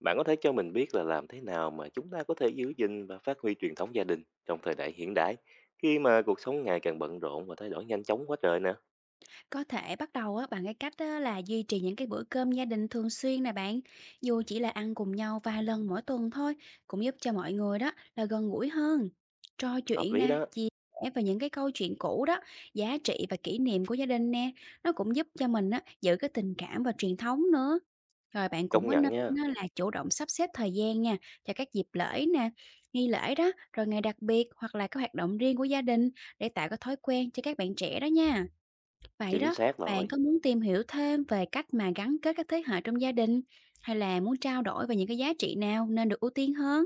Bạn có thể cho mình biết là làm thế nào mà chúng ta có thể giữ gìn và phát huy truyền thống gia đình trong thời đại hiện đại khi mà cuộc sống ngày càng bận rộn và thay đổi nhanh chóng quá trời nè. Có thể bắt đầu á, bằng cái cách á, là duy trì những cái bữa cơm gia đình thường xuyên nè bạn, dù chỉ là ăn cùng nhau vài lần mỗi tuần thôi, cũng giúp cho mọi người đó là gần gũi hơn. Trò Hợp chuyện lý nè, đó, chia sẻ về những cái câu chuyện cũ đó, giá trị và kỷ niệm của gia đình nè, nó cũng giúp cho mình á, giữ cái tình cảm và truyền thống nữa. Rồi bạn cũng công có nên nhận nha, á, là chủ động sắp xếp thời gian nha, cho các dịp lễ nè, nghi lễ đó, rồi ngày đặc biệt hoặc là các hoạt động riêng của gia đình, để tạo cái thói quen cho các bạn trẻ đó nha. Vậy chính đó, xác rồi. bạn có muốn tìm hiểu thêm về cách mà gắn kết các thế hệ trong gia đình, hay là muốn trao đổi về những cái giá trị nào nên được ưu tiên hơn?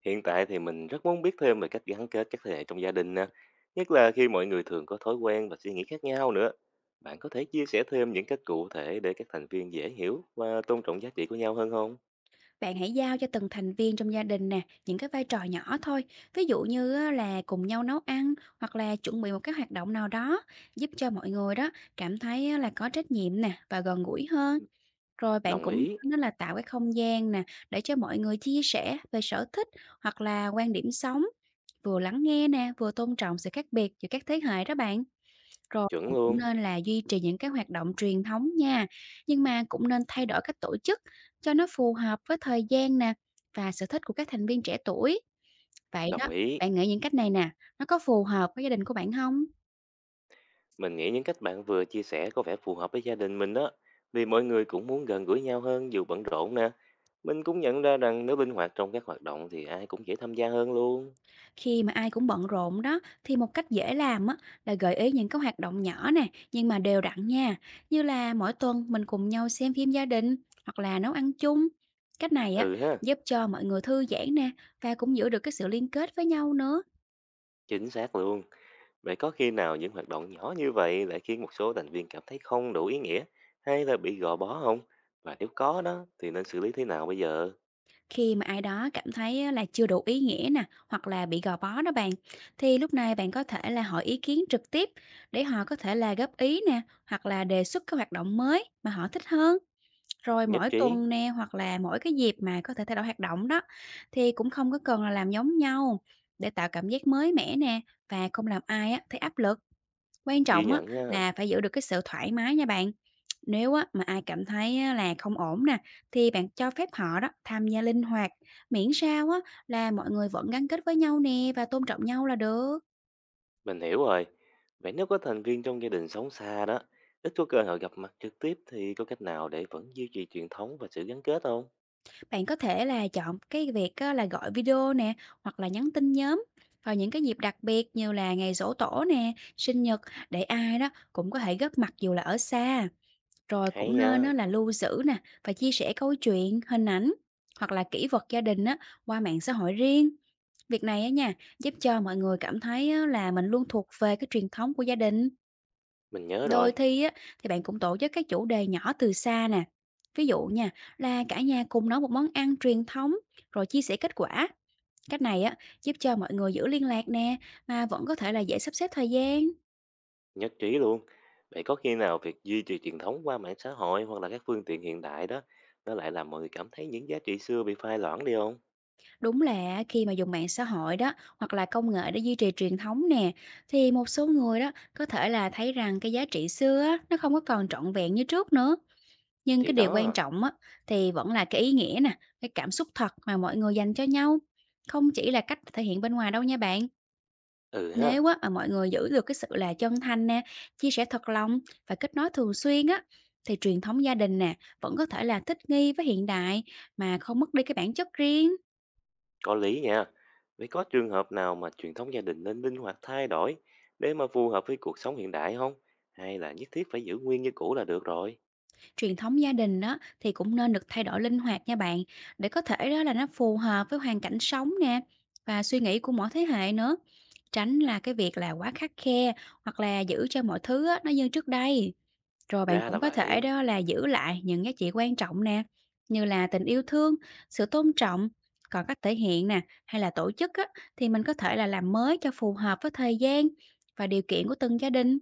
Hiện tại thì mình rất muốn biết thêm về cách gắn kết các thế hệ trong gia đình nè, nhất là khi mọi người thường có thói quen và suy nghĩ khác nhau nữa. Bạn có thể chia sẻ thêm những cách cụ thể để các thành viên dễ hiểu và tôn trọng giá trị của nhau hơn không? Bạn hãy giao cho từng thành viên trong gia đình nè, những cái vai trò nhỏ thôi. Ví dụ như á, là cùng nhau nấu ăn hoặc là chuẩn bị một cái hoạt động nào đó, giúp cho mọi người đó cảm thấy á, là có trách nhiệm nè và gần gũi hơn. Rồi bạn Đồng cũng ý, nên là tạo cái không gian nè, để cho mọi người chia sẻ về sở thích hoặc là quan điểm sống, vừa lắng nghe nè, vừa tôn trọng sự khác biệt giữa các thế hệ đó bạn. Rồi chuẩn bạn cũng luôn, nên là duy trì những cái hoạt động truyền thống nha, nhưng mà cũng nên thay đổi cách tổ chức cho nó phù hợp với thời gian nè, và sở thích của các thành viên trẻ tuổi. Vậy đó, đồng ý. bạn nghĩ những cách này nè, nó có phù hợp với gia đình của bạn không? Mình nghĩ những cách bạn vừa chia sẻ có vẻ phù hợp với gia đình mình đó, vì mọi người cũng muốn gần gũi nhau hơn dù bận rộn nè. Mình cũng nhận ra rằng nếu linh hoạt trong các hoạt động thì ai cũng dễ tham gia hơn luôn. Khi mà ai cũng bận rộn đó, thì một cách dễ làm á là gợi ý những cái hoạt động nhỏ nè, nhưng mà đều đặn nha. Như là mỗi tuần mình cùng nhau xem phim gia đình hoặc là nấu ăn chung. Cách này á, Ừ ha, giúp cho mọi người thư giãn nè và cũng giữ được cái sự liên kết với nhau nữa. chính xác luôn. Vậy có khi nào những hoạt động nhỏ như vậy lại khiến một số thành viên cảm thấy không đủ ý nghĩa hay là bị gò bó không? Và nếu có đó thì nên xử lý thế nào bây giờ? Khi mà ai đó cảm thấy là chưa đủ ý nghĩa nè, hoặc là bị gò bó đó bạn, thì lúc này bạn có thể là hỏi ý kiến trực tiếp, để họ có thể là góp ý nè, hoặc là đề xuất cái hoạt động mới mà họ thích hơn. Rồi Nhất mỗi trí, tuần nè, hoặc là mỗi cái dịp mà có thể thay đổi hoạt động đó, thì cũng không có cần là làm giống nhau, để tạo cảm giác mới mẻ nè và không làm ai á thấy áp lực. Quan ghi trọng á nhận nha. là phải giữ được cái sự thoải mái nha bạn. Nếu á mà ai cảm thấy á là không ổn nè, thì bạn cho phép họ đó tham gia linh hoạt, miễn sao á là mọi người vẫn gắn kết với nhau nè và tôn trọng nhau là được. Mình hiểu rồi. Vậy nếu có thành viên trong gia đình sống xa đó, ít có cơ hội gặp mặt trực tiếp thì có cách nào để vẫn duy trì truyền thống và sự gắn kết không? Bạn có thể là chọn cái việc á là gọi video nè, hoặc là nhắn tin nhóm vào những cái dịp đặc biệt như là ngày giỗ tổ nè, sinh nhật, để ai đó cũng có thể góp mặt dù là ở xa. Rồi Hay cũng nên á nha, là lưu giữ nè và chia sẻ câu chuyện, hình ảnh hoặc là kỷ vật gia đình á, qua mạng xã hội riêng. Việc này á nha, giúp cho mọi người cảm thấy á là mình luôn thuộc về cái truyền thống của gia đình. mình nhớ Đôi rồi, khi á, thì bạn cũng tổ chức các chủ đề nhỏ từ xa nè. Ví dụ nha, là cả nhà cùng nấu một món ăn truyền thống rồi chia sẻ kết quả. Cách này á, giúp cho mọi người giữ liên lạc nè, mà vẫn có thể là dễ sắp xếp thời gian. nhất trí luôn. Vậy có khi nào việc duy trì truyền thống qua mạng xã hội hoặc là các phương tiện hiện đại đó, nó lại làm mọi người cảm thấy những giá trị xưa bị phai loãng đi không? Đúng là khi mà dùng mạng xã hội đó, hoặc là công nghệ để duy trì truyền thống nè, thì một số người đó có thể là thấy rằng cái giá trị xưa á, nó không có còn trọn vẹn như trước nữa. Nhưng Thì cái điều quan đó, trọng á, thì vẫn là cái ý nghĩa nè, cái cảm xúc thật mà mọi người dành cho nhau, không chỉ là cách thể hiện bên ngoài đâu nha bạn. ừ ha, Nếu á, mà mọi người giữ được cái sự là chân thành nè, chia sẻ thật lòng và kết nối thường xuyên á, thì truyền thống gia đình nè vẫn có thể là thích nghi với hiện đại mà không mất đi cái bản chất riêng. có lý nha. Vậy có trường hợp nào mà truyền thống gia đình nên linh hoạt thay đổi để mà phù hợp với cuộc sống hiện đại không? Hay là nhất thiết phải giữ nguyên như cũ là được rồi? Truyền thống gia đình đó thì cũng nên được thay đổi linh hoạt nha bạn, để có thể đó là nó phù hợp với hoàn cảnh sống nè, và suy nghĩ của mỗi thế hệ nữa. Tránh là cái việc là quá khắt khe, hoặc là giữ cho mọi thứ á, nó như trước đây. Rồi bạn Ra là cũng có thể vậy. đó là giữ lại những giá trị quan trọng nè, như là tình yêu thương, sự tôn trọng, còn cách thể hiện nè hay là tổ chức á, thì mình có thể là làm mới cho phù hợp với thời gian và điều kiện của từng gia đình.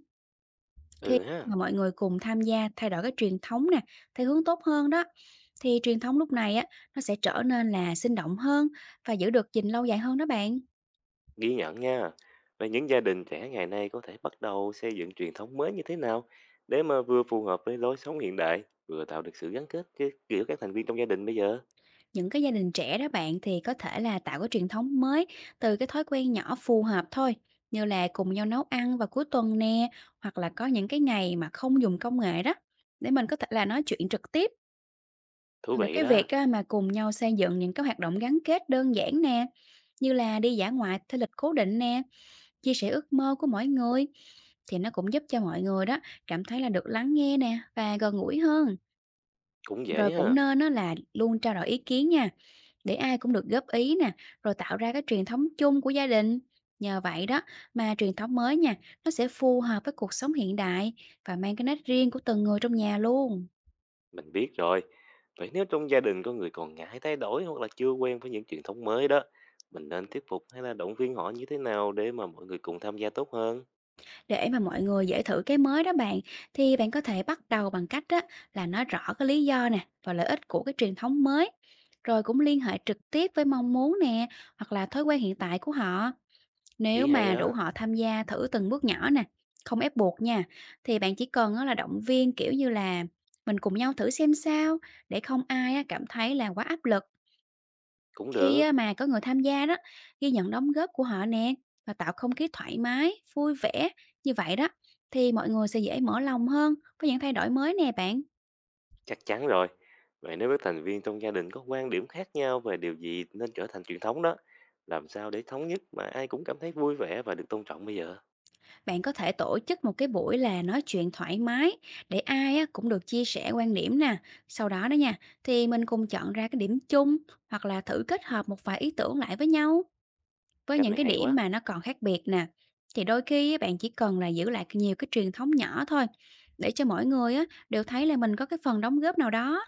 Khi Ừ ha, mà mọi người cùng tham gia thay đổi cái truyền thống nè, theo hướng tốt hơn đó, thì truyền thống lúc này á, nó sẽ trở nên là sinh động hơn và giữ được gìn lâu dài hơn đó bạn. ghi nhận nha. Vậy những gia đình trẻ ngày nay có thể bắt đầu xây dựng truyền thống mới như thế nào để mà vừa phù hợp với lối sống hiện đại, vừa tạo được sự gắn kết giữa các thành viên trong gia đình bây giờ? Những cái gia đình trẻ đó bạn, thì có thể là tạo cái truyền thống mới từ cái thói quen nhỏ phù hợp thôi, như là cùng nhau nấu ăn vào cuối tuần nè, hoặc là có những cái ngày mà không dùng công nghệ đó, để mình có thể là nói chuyện trực tiếp. Thú Được vị cái đó, việc á, mà cùng nhau xây dựng những cái hoạt động gắn kết đơn giản nè, như là đi dã ngoại theo lịch cố định nè, chia sẻ ước mơ của mỗi người, thì nó cũng giúp cho mọi người đó cảm thấy là được lắng nghe nè và gần gũi hơn. cũng dễ Rồi cũng ha. nên đó là luôn trao đổi ý kiến nha, để ai cũng được góp ý nè, rồi tạo ra cái truyền thống chung của gia đình. Nhờ vậy đó mà truyền thống mới nha, nó sẽ phù hợp với cuộc sống hiện đại và mang cái nét riêng của từng người trong nhà luôn. Mình biết rồi. Vậy nếu trong gia đình có người còn ngại thay đổi hoặc là chưa quen với những truyền thống mới đó, mình nên thuyết phục hay là động viên họ như thế nào để mà mọi người cùng tham gia tốt hơn? Để mà mọi người dễ thử cái mới đó bạn, thì bạn có thể bắt đầu bằng cách đó là nói rõ cái lý do nè và lợi ích của cái truyền thống mới. Rồi cũng liên hệ trực tiếp với mong muốn nè, hoặc là thói quen hiện tại của họ. Nếu Ý hay mà rủ đó, họ tham gia thử từng bước nhỏ nè, không ép buộc nha, thì bạn chỉ cần á, là động viên kiểu như là mình cùng nhau thử xem sao, để không ai á, cảm thấy là quá áp lực. cũng Khi á được. mà có người tham gia đó, ghi nhận đóng góp của họ nè và tạo không khí thoải mái, vui vẻ, như vậy đó thì mọi người sẽ dễ mở lòng hơn với những thay đổi mới nè bạn. Chắc chắn rồi. Vậy nếu các thành viên trong gia đình có quan điểm khác nhau về điều gì nên trở thành truyền thống đó, làm sao để thống nhất mà ai cũng cảm thấy vui vẻ và được tôn trọng bây giờ? Bạn có thể tổ chức một cái buổi là nói chuyện thoải mái, để ai á cũng được chia sẻ quan điểm nè. Sau đó đó nha, thì mình cùng chọn ra cái điểm chung, hoặc là thử kết hợp một vài ý tưởng lại với nhau. Với Cách những này cái hay điểm quá. mà nó còn khác biệt nè, thì đôi khi á, bạn chỉ cần là giữ lại nhiều cái truyền thống nhỏ thôi, để cho mỗi người á, đều thấy là mình có cái phần đóng góp nào đó.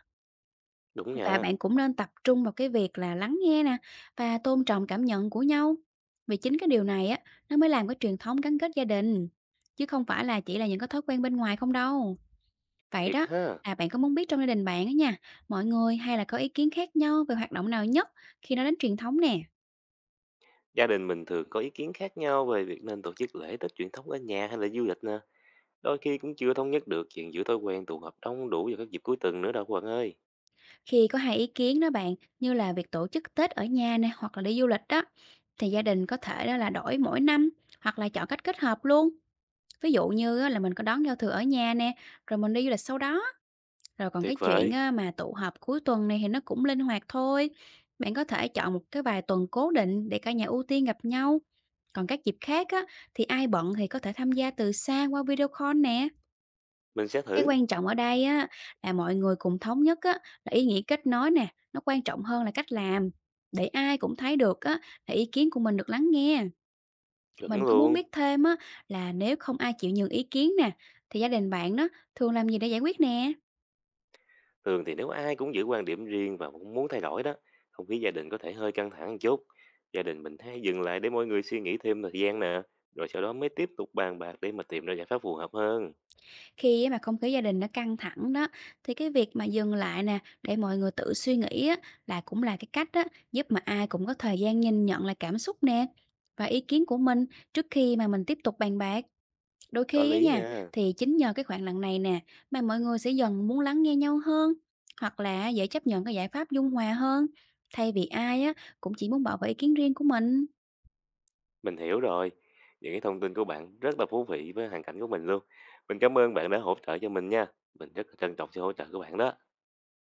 Đúng Và nha, bạn cũng nên tập trung vào cái việc là lắng nghe nè, và tôn trọng cảm nhận của nhau. Vì chính cái điều này á, nó mới làm cái truyền thống gắn kết gia đình, chứ không phải là chỉ là những cái thói quen bên ngoài không đâu. Vậy thiệt đó, ha. là bạn có muốn biết trong gia đình bạn á nha, mọi người hay là có ý kiến khác nhau về hoạt động nào nhất, khi nó đến truyền thống nè? Gia đình mình thường có ý kiến khác nhau về việc nên tổ chức lễ Tết truyền thống ở nhà hay là du lịch nè. Đôi khi cũng chưa thống nhất được chuyện giữ thói quen tụ họp đông đủ vào các dịp cuối tuần nữa đâu các bạn ơi. Khi có hai ý kiến đó bạn, như là việc tổ chức Tết ở nhà nè, hoặc là đi du lịch đó, thì gia đình có thể đó là đổi mỗi năm, hoặc là chọn cách kết hợp luôn. Ví dụ như á, là mình có đón giao thừa ở nhà nè, rồi mình đi du lịch sau đó. Rồi còn cái Tuyệt chuyện vời, á, mà tụ họp cuối tuần này thì nó cũng linh hoạt thôi. Bạn có thể chọn một cái vài tuần cố định, để cả nhà ưu tiên gặp nhau. Còn các dịp khác á, thì ai bận thì có thể tham gia từ xa qua video call nè. mình sẽ Cái thử. quan trọng ở đây á là mọi người cùng thống nhất á, là ý nghĩa kết nối nè, nó quan trọng hơn là cách làm, để ai cũng thấy được á là ý kiến của mình được lắng nghe. Chuẩn Mình có muốn luôn. biết thêm á, là nếu không ai chịu nhường ý kiến nè, thì gia đình bạn đó thường làm gì để giải quyết nè? Thường thì nếu ai cũng giữ quan điểm riêng và cũng muốn thay đổi đó, không khí gia đình có thể hơi căng thẳng một chút. Gia đình mình hay dừng lại để mọi người suy nghĩ thêm thời gian nè, rồi sau đó mới tiếp tục bàn bạc để mà tìm ra giải pháp phù hợp hơn. Khi á mà không khí gia đình nó căng thẳng đó, thì cái việc mà dừng lại nè, để mọi người tự suy nghĩ á, là cũng là cái cách á giúp mà ai cũng có thời gian nhìn nhận lại cảm xúc nè và ý kiến của mình, trước khi mà mình tiếp tục bàn bạc. Đôi Có khi á lý, ừ nha, nha. thì chính nhờ cái khoảng lặng này nè mà mọi người sẽ dần muốn lắng nghe nhau hơn, hoặc là dễ chấp nhận cái giải pháp dung hòa hơn, thay vì ai á cũng chỉ muốn bảo vệ ý kiến riêng của mình. Mình hiểu rồi. Những cái thông tin của bạn rất là thú vị với hoàn cảnh của mình luôn. Mình cảm ơn bạn đã hỗ trợ cho mình nha. Mình rất là trân trọng sự hỗ trợ của bạn đó.